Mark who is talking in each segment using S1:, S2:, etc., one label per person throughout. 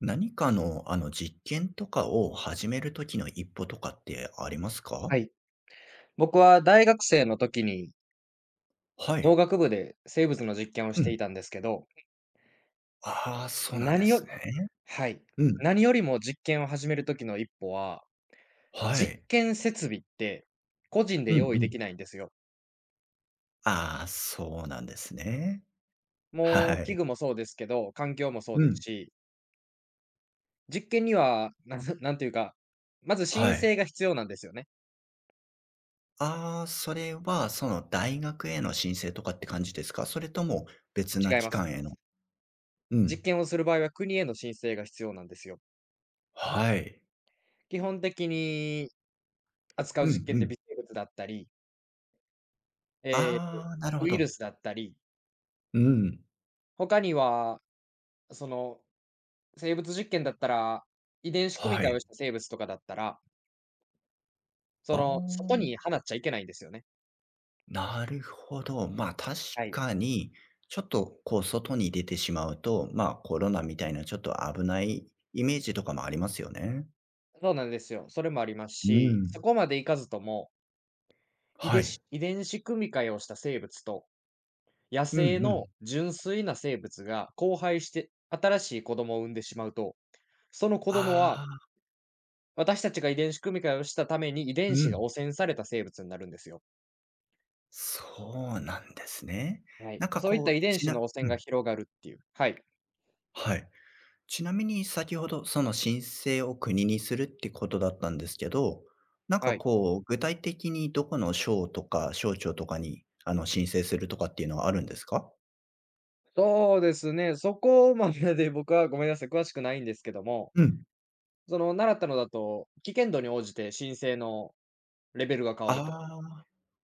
S1: 何かの、実験とかを始める時の一歩とかってありますか？
S2: はい。僕は大学生の時に
S1: は
S2: 農
S1: い。
S2: 学部で生物の実験をし
S1: うん。
S2: ていたんですけど、
S1: ああ、そうなんで
S2: 何よ
S1: す
S2: り
S1: ね。
S2: はい。
S1: うん。
S2: 何よりも実験を始める時の一歩は、
S1: は
S2: 実
S1: い。
S2: 験設備って個人で
S1: うん
S2: 用意
S1: う
S2: で
S1: ん。
S2: きないんですよ。
S1: ああ、そうなんですね。
S2: も
S1: は
S2: う器
S1: い。
S2: 具もそうですけど、環境もそう
S1: う
S2: で
S1: ん。
S2: すし、実験には、なんていうか、まず
S1: は
S2: 申
S1: い。
S2: 請が必要なんですよね。
S1: ああ、それは、大学への申請とかって感じですか？それとも別な
S2: 違い
S1: 機
S2: ます。
S1: 関への。うん。
S2: 実験をする場合は国への申請が必要なんですよ。
S1: はい。
S2: 基本的に扱う
S1: う
S2: 実
S1: ん
S2: 験っ
S1: う
S2: て
S1: ん。
S2: 微生物だったり、ええ、
S1: ああ、なるほ
S2: ウイル
S1: ど。
S2: スだったり、
S1: うん。
S2: 他には、その、生物実験だったら、遺伝子組み
S1: は
S2: 換え
S1: い。
S2: をした生物とかだったら、そ
S1: あ
S2: の、外
S1: あ。
S2: に放っちゃいけないんですよね。
S1: なるほど。まあ確
S2: はい。
S1: かに、ちょっとこう外に出てしまうと、まあコロナみたいなちょっと危ないイメージとかもありますよね。
S2: そうなんですよ。それもあります
S1: う
S2: し、そ
S1: ん。
S2: こまでいかずとも、遺
S1: は
S2: 伝
S1: い。
S2: 子遺伝子組み換えをした生物と、野
S1: うんう
S2: 生の
S1: ん。
S2: 純粋な生物が交配して、新しい子供を産んでしまうと、その子供
S1: あ
S2: は、
S1: あ、
S2: 私たちが遺伝子組み換えをしたために遺
S1: う
S2: 伝子が
S1: ん。
S2: 汚染された生物になるんですよ。
S1: そうなんですね。
S2: は
S1: な
S2: い。
S1: んか
S2: そういった
S1: こ
S2: 遺
S1: う、
S2: 伝子の汚
S1: う
S2: 染が
S1: ん、
S2: 広がるっていう。はい。
S1: はい。ちなみに先ほどその申請を国にするってことだったんですけど、なんか
S2: はい。
S1: こう、具体的にどこの省とか省庁とかに、申請するとかっていうのはあるんですか？
S2: そうですね。そこまでで僕はごめんなさい、詳しくないんですけども、
S1: うん。
S2: その習ったのだと、危険度に応じて申請のレベルが変
S1: あ
S2: わると。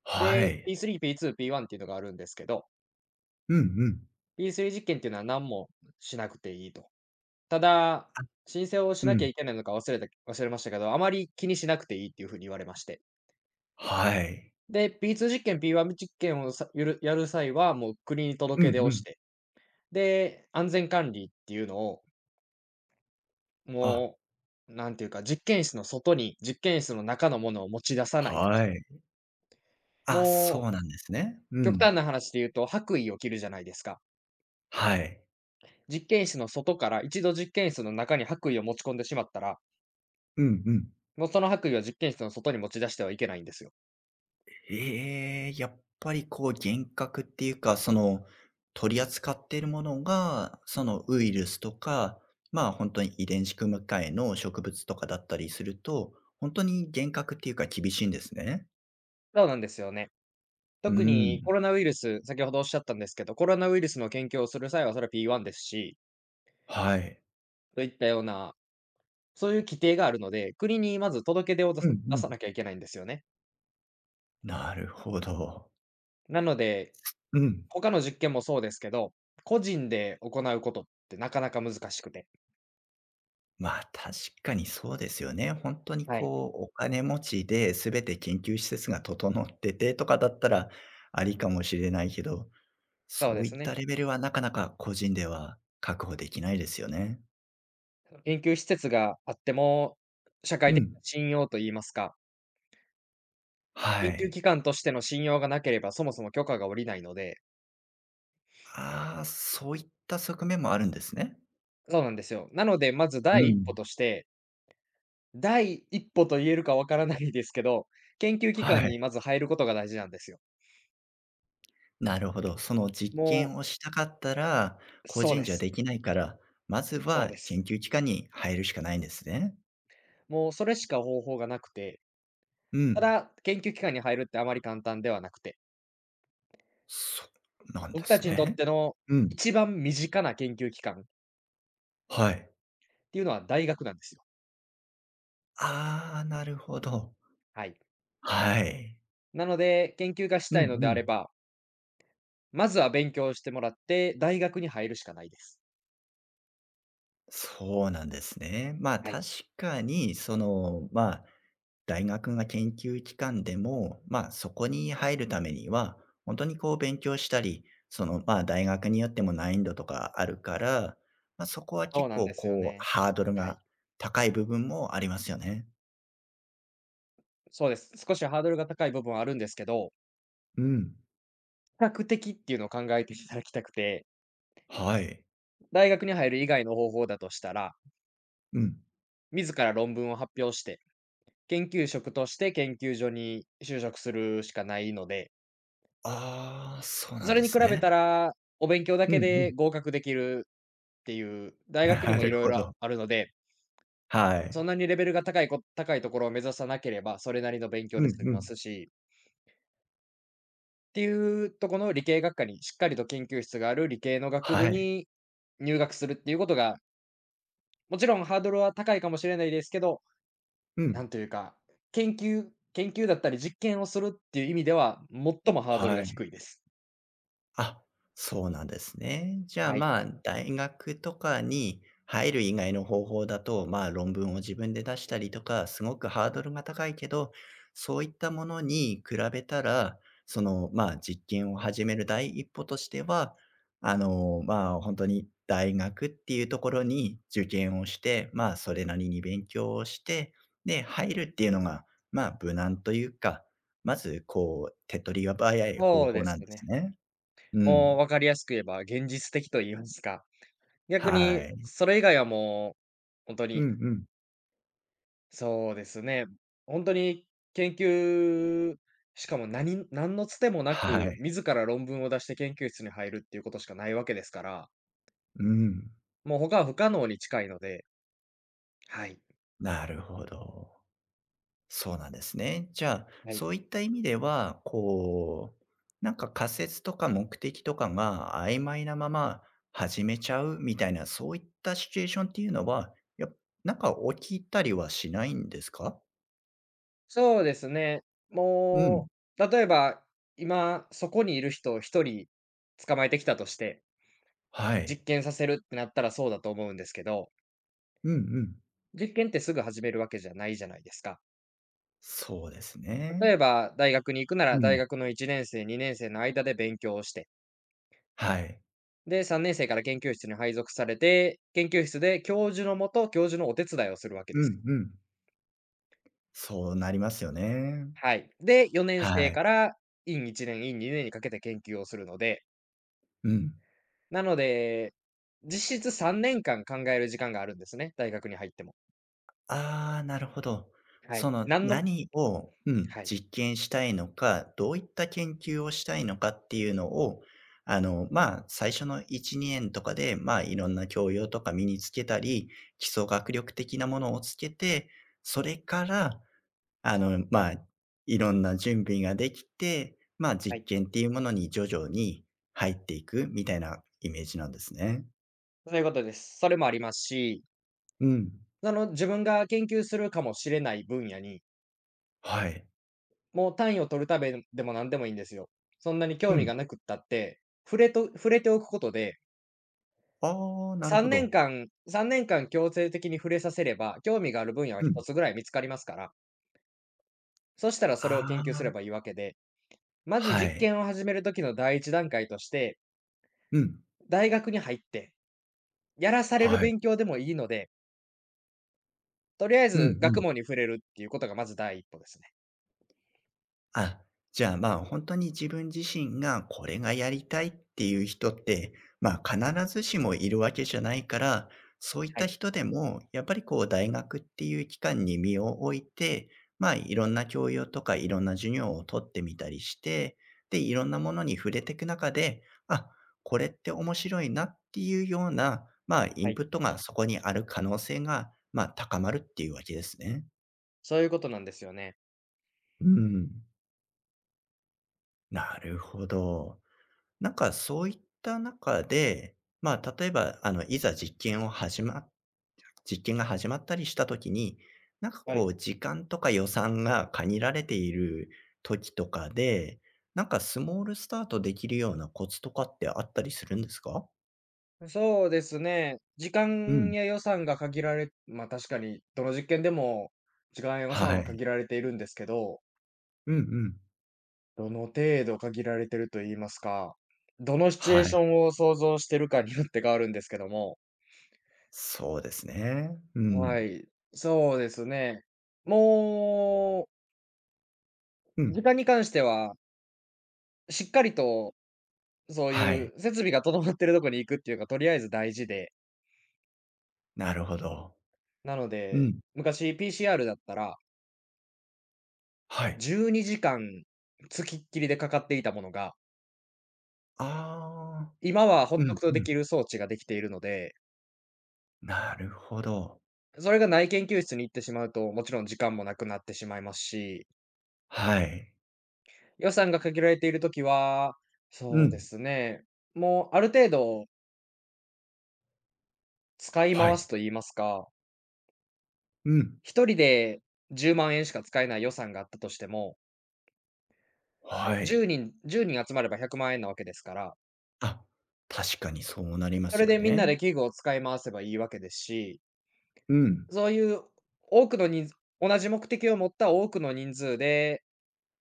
S1: あ、は
S2: で、
S1: い。
S2: P3、P2、P1 っていうのがあるんですけど、
S1: うんうん。
S2: P3 実験っていうのは何もしなくていいと。ただ、申請をし
S1: う
S2: なきゃ
S1: ん。
S2: いけないのか忘れましたけど、あまり気にしなくていいっていうふうに言われまして。
S1: はい。
S2: で、P2 実験、P1 実験をさゆるやる際は、もう国に
S1: うん
S2: 届け出
S1: う
S2: をし
S1: ん。
S2: て、で、安全管理っていうのを、
S1: あ、
S2: もう、なんていうか、実験室の外に、実験室の中のものを持ち出さないと
S1: は
S2: か。
S1: い。あ、
S2: も
S1: そ
S2: う、
S1: うなんですね。う
S2: 極
S1: ん。
S2: 端な話で言うと、白衣を着るじゃないですか。
S1: はい。
S2: 実験室の外から一度実験室の中に白衣を持ち込んでしまったら、
S1: うんうん。
S2: もうその白衣は実験室の外に持ち出してはいけないんですよ。
S1: ええ、やっぱりこう幻覚っていうか、取り扱っているものが、そのウイルスとか、まあ、本当に遺伝子組み換えの植物とかだったりすると、本当に幻覚っていうか厳しいんですね。
S2: そうなんですよね。
S1: う
S2: 特に
S1: ん。
S2: コロナウイルス、先ほどおっしゃったんですけど、コロナウイルスの研究をする際はそれは P1 ですし、
S1: はい。
S2: といったようなそういう規定があるので、国にまず届け出を出
S1: う
S2: す
S1: ん
S2: 出
S1: う
S2: さ
S1: ん。
S2: なきゃいけないんですよね。
S1: なるほど。
S2: なので、
S1: うん、
S2: 他の実験もそうですけど、個人で行うことってなかなか難しくて。
S1: まあ、確かにそうですよね。本当に
S2: はい。
S1: こう、お金持ちで全て研究施設が整っててとかだったら、ありかもしれないけど、
S2: そう
S1: そ
S2: で
S1: う
S2: す
S1: いった
S2: ね。
S1: レベルはなかなか個人では確保できないですよね。
S2: 研究施設があっても、社会
S1: う
S2: 的な
S1: ん。
S2: 信用といいますか、
S1: は
S2: 研究
S1: い。
S2: 機関としての信用がなければ、そもそも許可が下りないので。
S1: ああ、そういった側面もあるんですね。
S2: そうなんですよ。なので、まず
S1: う
S2: 第一歩
S1: ん。
S2: として、第一歩と言えるかわからないですけど、研究機
S1: は
S2: 関
S1: い。
S2: にまず入ることが大事なんですよ。
S1: なるほど。その実
S2: も
S1: 験をしたかったら、
S2: う
S1: 個
S2: そう
S1: 人
S2: で
S1: じゃ
S2: す。
S1: できないから、まず
S2: そう
S1: は
S2: で
S1: 研
S2: す。
S1: 究機関に入るしかないんですね。
S2: もうそれしか方法がなくて、
S1: う
S2: た
S1: ん。
S2: だ、研究機関に入るってあまり簡単ではなくて、
S1: そうなんで
S2: 僕た
S1: す
S2: ちにとっ
S1: ね。
S2: ての
S1: うん。
S2: 一番身近な研究機関っ
S1: はい。
S2: ていうのは大学なんですよ。
S1: ああ、なるほど。
S2: はい。
S1: はい。
S2: なので、研究がし
S1: うん
S2: たいの
S1: う
S2: であ
S1: ん。
S2: れば、まずは勉強してもらって、大学に入るしかないです。
S1: そうなんですね。まあ、
S2: は
S1: 確
S2: い。
S1: かに、まあ、大学が研究機関でも、まあ、そこに入るためには、本当にこう勉強したり、まあ、大学によっても難易度とかあるから、ま、そこは
S2: そう
S1: 結
S2: なんで
S1: 構
S2: すよ
S1: こう、
S2: ね。
S1: ハードル
S2: はい。
S1: が高い部分もありますよね。
S2: そうです。少しハードルが高い部分はあるんですけど、
S1: うん。
S2: 比較的っていうのを考えていただきたくて、
S1: はい。
S2: 大学に入る以外の方法だとしたら、
S1: うん。
S2: 自ら論文を発表して研究職として研究所に就職するしかないので、
S1: ああ、そうなん
S2: そ
S1: で
S2: れに比
S1: す
S2: べ
S1: ね。
S2: たら、お勉強だ
S1: うん
S2: け
S1: うん。
S2: で合格できるっていう、大学に
S1: な
S2: もい
S1: る
S2: ろい
S1: ほ
S2: ろ
S1: ど。
S2: あるので、
S1: は
S2: そ
S1: い。
S2: んなにレベルが高い高いところを目指さなければ、それなりの勉強
S1: う
S2: で
S1: ん
S2: 済み
S1: う
S2: ま
S1: ん。
S2: すし、っていうとこの理系学科に、しっかりと研究室がある理系の学部
S1: はい。
S2: に入学するっていうことが、もちろんハードルは高いかもしれないですけど、
S1: う
S2: な
S1: ん。
S2: んというか、研究だったり実験をするっていう意味では、最もハードル
S1: は
S2: が
S1: い。
S2: 低いです。
S1: あ、そうなんですね。じゃあ、
S2: はい。
S1: まあ、大学とかに入る以外の方法だと、まあ、論文を自分で出したりとか、すごくハードルが高いけど、そういったものに比べたら、まあ、実験を始める第一歩としては、まあ、本当に大学っていうところに受験をして、まあ、それなりに勉強をして、で、入るっていうのが、まあ、無難というか、まず、こう、手っ取りが早い方
S2: そう
S1: 法
S2: で
S1: な
S2: す
S1: んです
S2: ね。
S1: ね。う
S2: もう
S1: ん。
S2: 分かりやすく言えば現実的と言いますか。逆
S1: は
S2: に
S1: い。
S2: それ以外はもう、本当
S1: う
S2: に、
S1: んうん。
S2: そうですね、本当に研究、しかも何のつてもな
S1: は
S2: く、
S1: い。
S2: 自ら論文を出して研究室に入るっていうことしかないわけですから、
S1: うん。
S2: もう他は不可能に近いので、はい、
S1: なるほど。そうなんですね。じゃあ、
S2: はい。
S1: そういった意味では、こう、なんか仮説とか目的とかが曖昧なまま始めちゃうみたいな、そういったシチュエーションっていうのは、なんか起きたりはしないんですか？
S2: そうですね。
S1: うん。
S2: もう、例えば、今そこにいる人を一人捕まえてきたとして、
S1: はい。
S2: 実験させるってなったらそうだと思うんですけど、
S1: うんうん。
S2: 実験ってすぐ始めるわけじゃないじゃないですか。
S1: そうですね。
S2: 例えば、大学に行くな
S1: う
S2: ら、大
S1: ん。
S2: 学の1年生、2年生の間で勉強をして、
S1: はい。
S2: で、3年生から研究室に配属されて、研究室で教授のもと、教授のお手伝いをするわけ
S1: う
S2: です。
S1: んうん。そうなりますよね。
S2: はい。で、4年
S1: は
S2: 生
S1: い。
S2: から院1年、院2年にかけて研究をするので、
S1: うん。
S2: なので、実質3年間考える時間があるんですね、大学に入っても。
S1: ああ、なるほど。
S2: は
S1: そ
S2: い。
S1: の何を、うん、
S2: はい、
S1: 実験したいのか、どういった研究をしたいのかっていうのを、まあ、最初の1、2年とかで、まあ、いろんな教養とか身につけたり、基礎学力的なものをつけて、それから、まあ、いろんな準備ができて、まあ、
S2: は
S1: 実
S2: い。
S1: 験っていうものに徐々に入っていくみたいなイメージなんですね。
S2: そういうことです。それもありますし、
S1: うん。
S2: あの自分が研究するかもしれない分野に、
S1: はい。
S2: もう単位を取るためでも何でもいいんですよ。そんなに
S1: う
S2: 興味
S1: ん。
S2: がなくったって、触れておくことで、
S1: ああ、なる
S2: 3
S1: ほ
S2: 年
S1: ど。
S2: 間3年間強制的に触れさせれば、興味がある分野は
S1: うん。
S2: 1つぐらい見つかりますから、そしたらそれを研
S1: あ
S2: 究す
S1: あ。
S2: ればいいわけで、まず
S1: は
S2: 実
S1: い。
S2: 験を始めるときの第一段階として、
S1: うん。
S2: 大学に入って、やらされる
S1: はい。
S2: 勉強でもいいので、とりあえ
S1: うん
S2: ず
S1: うん。
S2: 学問に触れるっていうことがまず第一歩ですね。
S1: あ、じゃあ、まあ、本当に自分自身がこれがやりたいっていう人って、まあ、必ずしもいるわけじゃないから、そういっ
S2: は
S1: た
S2: い、
S1: 人でも、やっぱりこう大学っていう期間に身を置いて、まあ、いろんな教養とかいろんな授業を取ってみたりして、で、いろんなものに触れていく中で、あ、これって面白いなっていうような、まあ、イ
S2: は
S1: ン
S2: い。
S1: プットがそこにある可能性が、まあ、高まるっていうわけですね。
S2: そういうことなんですよね。
S1: うん、なるほど。なんかそういった中で、まあ、例えば、いざ実験が始まったりした時に、なんか
S2: は
S1: こ
S2: い。
S1: う時間とか予算が限られている時とかで、なんかスモールスタートできるようなコツとかってあったりするんですか？
S2: そうですね。時
S1: う
S2: 間
S1: ん。
S2: や予算が限られ、まあ、確かにどの実験でも時間や予算
S1: は
S2: は
S1: い。
S2: 限られているんですけど、
S1: うんうん。
S2: どの程度限られてると言いますか、どのシチュエー
S1: は
S2: ショ
S1: い。
S2: ンを想像してるかによって変わるんですけども、
S1: そうですね。う
S2: は
S1: ん。
S2: い、そうですね。も
S1: う
S2: う、時
S1: ん。
S2: 間に関しては、しっかりとそう
S1: は
S2: い
S1: い。
S2: う設備が整ってるとこに行くっていうか、とりあえず大事で、
S1: なるほど。
S2: なの
S1: う
S2: で、
S1: ん。
S2: 昔 PCR だったら
S1: はい。
S2: 12時間付きっきりでかかっていたものが、
S1: ああ。
S2: 今はほ
S1: う
S2: っと
S1: ん
S2: くと
S1: う
S2: で
S1: ん。
S2: きる装置ができているので、
S1: なるほど。
S2: それがない研究室に行ってしまうと、もちろん時間もなくなってしまいますし、
S1: はい。
S2: 予算が限られているときは、
S1: う
S2: そうで
S1: ん。
S2: すね、もうある程度使い
S1: は
S2: 回
S1: い。
S2: すと言いますか、
S1: うん。
S2: 一人で10万円しか使えない予算があったとしても、
S1: はい。
S2: 10人集まれば100万円なわけですから、
S1: あ、確かにそうなりま
S2: そ
S1: す
S2: れ
S1: よ
S2: でみんな
S1: ね。
S2: で器具を使い回せばいいわけですし、
S1: うん。
S2: そういう多くの人数、同じ目的を持った多くの人数で、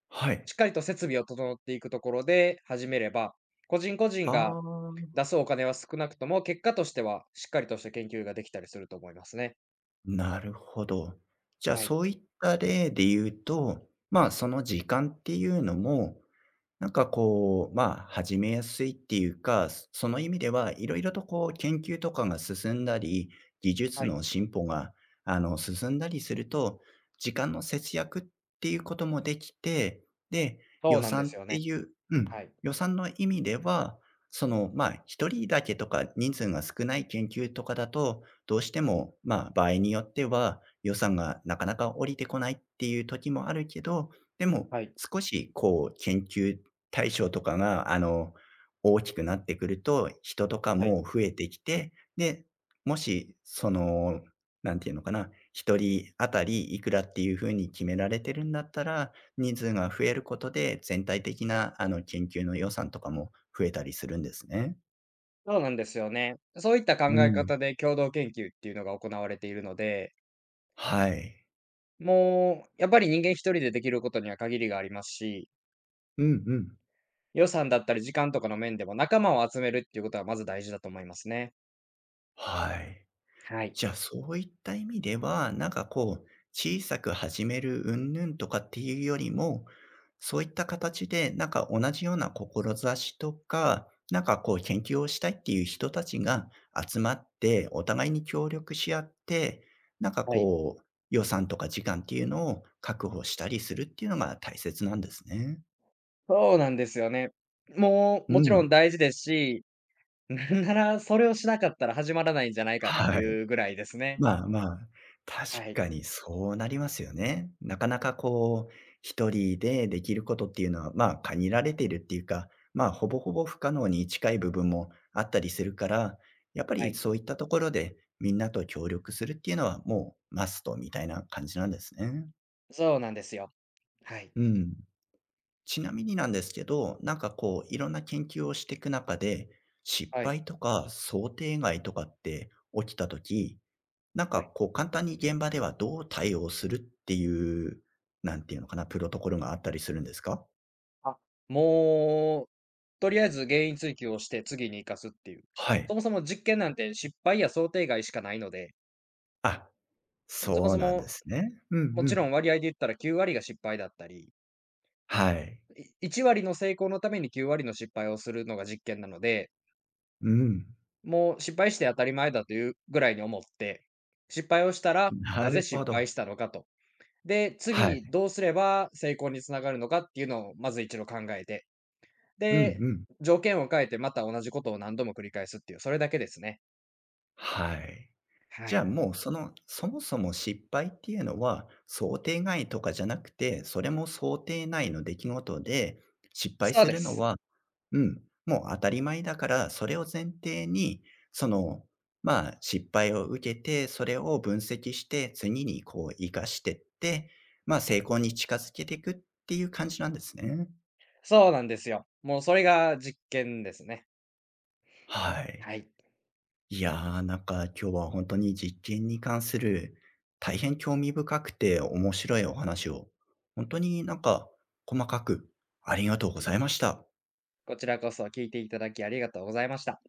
S1: はい。
S2: しっかりと設備を整っていくところで始めれば、個人個人
S1: あ
S2: が
S1: あ、
S2: 出すお金は少なくとも、結果としてはしっかりとした研究ができたりすると思いますね。
S1: なるほど。じゃあ、
S2: はい。
S1: そういった例で言うと、まあ、その時間っていうのも、なんかこう、まあ、始めやすいっていうか、その意味ではいろいろとこう研究とかが進んだり、技術
S2: はい。
S1: の進歩が進んだりすると、時間の節約っていうこともできて、で、
S2: そ
S1: 予
S2: うなんで
S1: 算っ
S2: すよ
S1: て
S2: ね。
S1: いう、うん、
S2: はい。
S1: 予算の意味では、その、まあ、一人だけとか人数が少ない研究とかだと、どうしても、まあ、場合によっては予算がなかなか降りてこないっていう時もあるけど、でも、
S2: はい。
S1: 少しこう研究大将とかが、大きくなってくると、人とか
S2: はい。
S1: も増えてきて、で、もし、その、なんていうのかな、一人あたりいくらっていうふうに決められてるんだったら、人数が増えることで、全体的な、研究の予算とかも増えたりするんですね。
S2: そうなんですよね。そういった考
S1: う
S2: え
S1: ん。
S2: 方で共同研究っていうのが行われているので、
S1: はい。
S2: もうやっぱり人間一人でできることには限りがありますし、
S1: うんうん。
S2: 予算だったり時間とかの面でも仲間を集めるっていうことはまず大事だと思いますね。
S1: はい。
S2: はい。
S1: じゃあ、そういった意味では、なんかこう、小さく始める云々とかっていうよりも、そういった形で、なんか同じような志とか、なんかこう研究をしたいっていう人たちが集まって、お互いに協力し合って、なんか
S2: はい。
S1: こう、予算とか時間っていうのを確保したりするっていうのが大切なんですね。
S2: そうなんですよね。も
S1: う
S2: う、もちろ
S1: ん。
S2: ん大事ですし、なんならそれをしなかったら始まらないんじゃないかって
S1: はい。
S2: いうぐらいですね。
S1: まあまあ、確
S2: はい。
S1: かにそうなりますよね。なかなかこう、一人でできることっていうのは、まあ、限られているっていうか、まあ、ほぼほぼ不可能に近い部分もあったりするから、やっぱ
S2: は
S1: り
S2: い。
S1: そういったところでみんなと協力するっていうのはもうマストみたいな感じなんですね。
S2: そうなんですよ。はい。
S1: うん。ちなみになんですけど、なんかこう、いろんな研究をしていく中で、失
S2: はい。
S1: 敗とか想定外とかって起きた時なん
S2: は
S1: か
S2: い。
S1: こう簡単に現場ではどう対応するっていう、なんていうのかな、プロトコルがあったりするんですか？
S2: あ、もう、とりあえず原因追及をして次に生かすっていう。
S1: はい。
S2: そもそも実験なんて失敗や想定外しかないので、
S1: あ、
S2: そも
S1: そう
S2: そ
S1: なんで
S2: も、
S1: すね。うん
S2: も
S1: う
S2: ちろん
S1: ん。
S2: 割合で言ったら9割が失敗だったり、
S1: はい。
S2: 1割の成功のために9割の失敗をするのが実験なので、
S1: うん。
S2: もう失敗して当たり前だというぐらいに思って、失敗をしたら、
S1: な
S2: なぜ
S1: るほ
S2: 失
S1: ど。
S2: 敗したのかと。で、
S1: は
S2: 次
S1: い。
S2: どうすれば成功につながるのかっていうのをまず一度考えて、
S1: うん
S2: で、
S1: うん。
S2: 条件を変えてまた同じことを何度も繰り返すっていう、それだけですね。
S1: はい。
S2: は
S1: じゃあ
S2: い。
S1: もうその、そもそも失敗っていうのは、想定外とかじゃなくて、それも想定内の出来事で、失敗
S2: そう
S1: す
S2: で
S1: るの
S2: す。
S1: は、うん、もう当たり前だから、それを前提に、その、まあ、失敗を受けて、それを分析して、次にこう活かしてって、まあ、成功に近づけていくっていう感じなんですね。
S2: そうなんですよ。もうそれが実験ですね。
S1: はい。
S2: はい。
S1: いやー、なんか今日は本当に実験に関する大変興味深くて面白いお話を、本当になんか細かくありがとうございました。
S2: こちらこそ聞いていただきありがとうございました。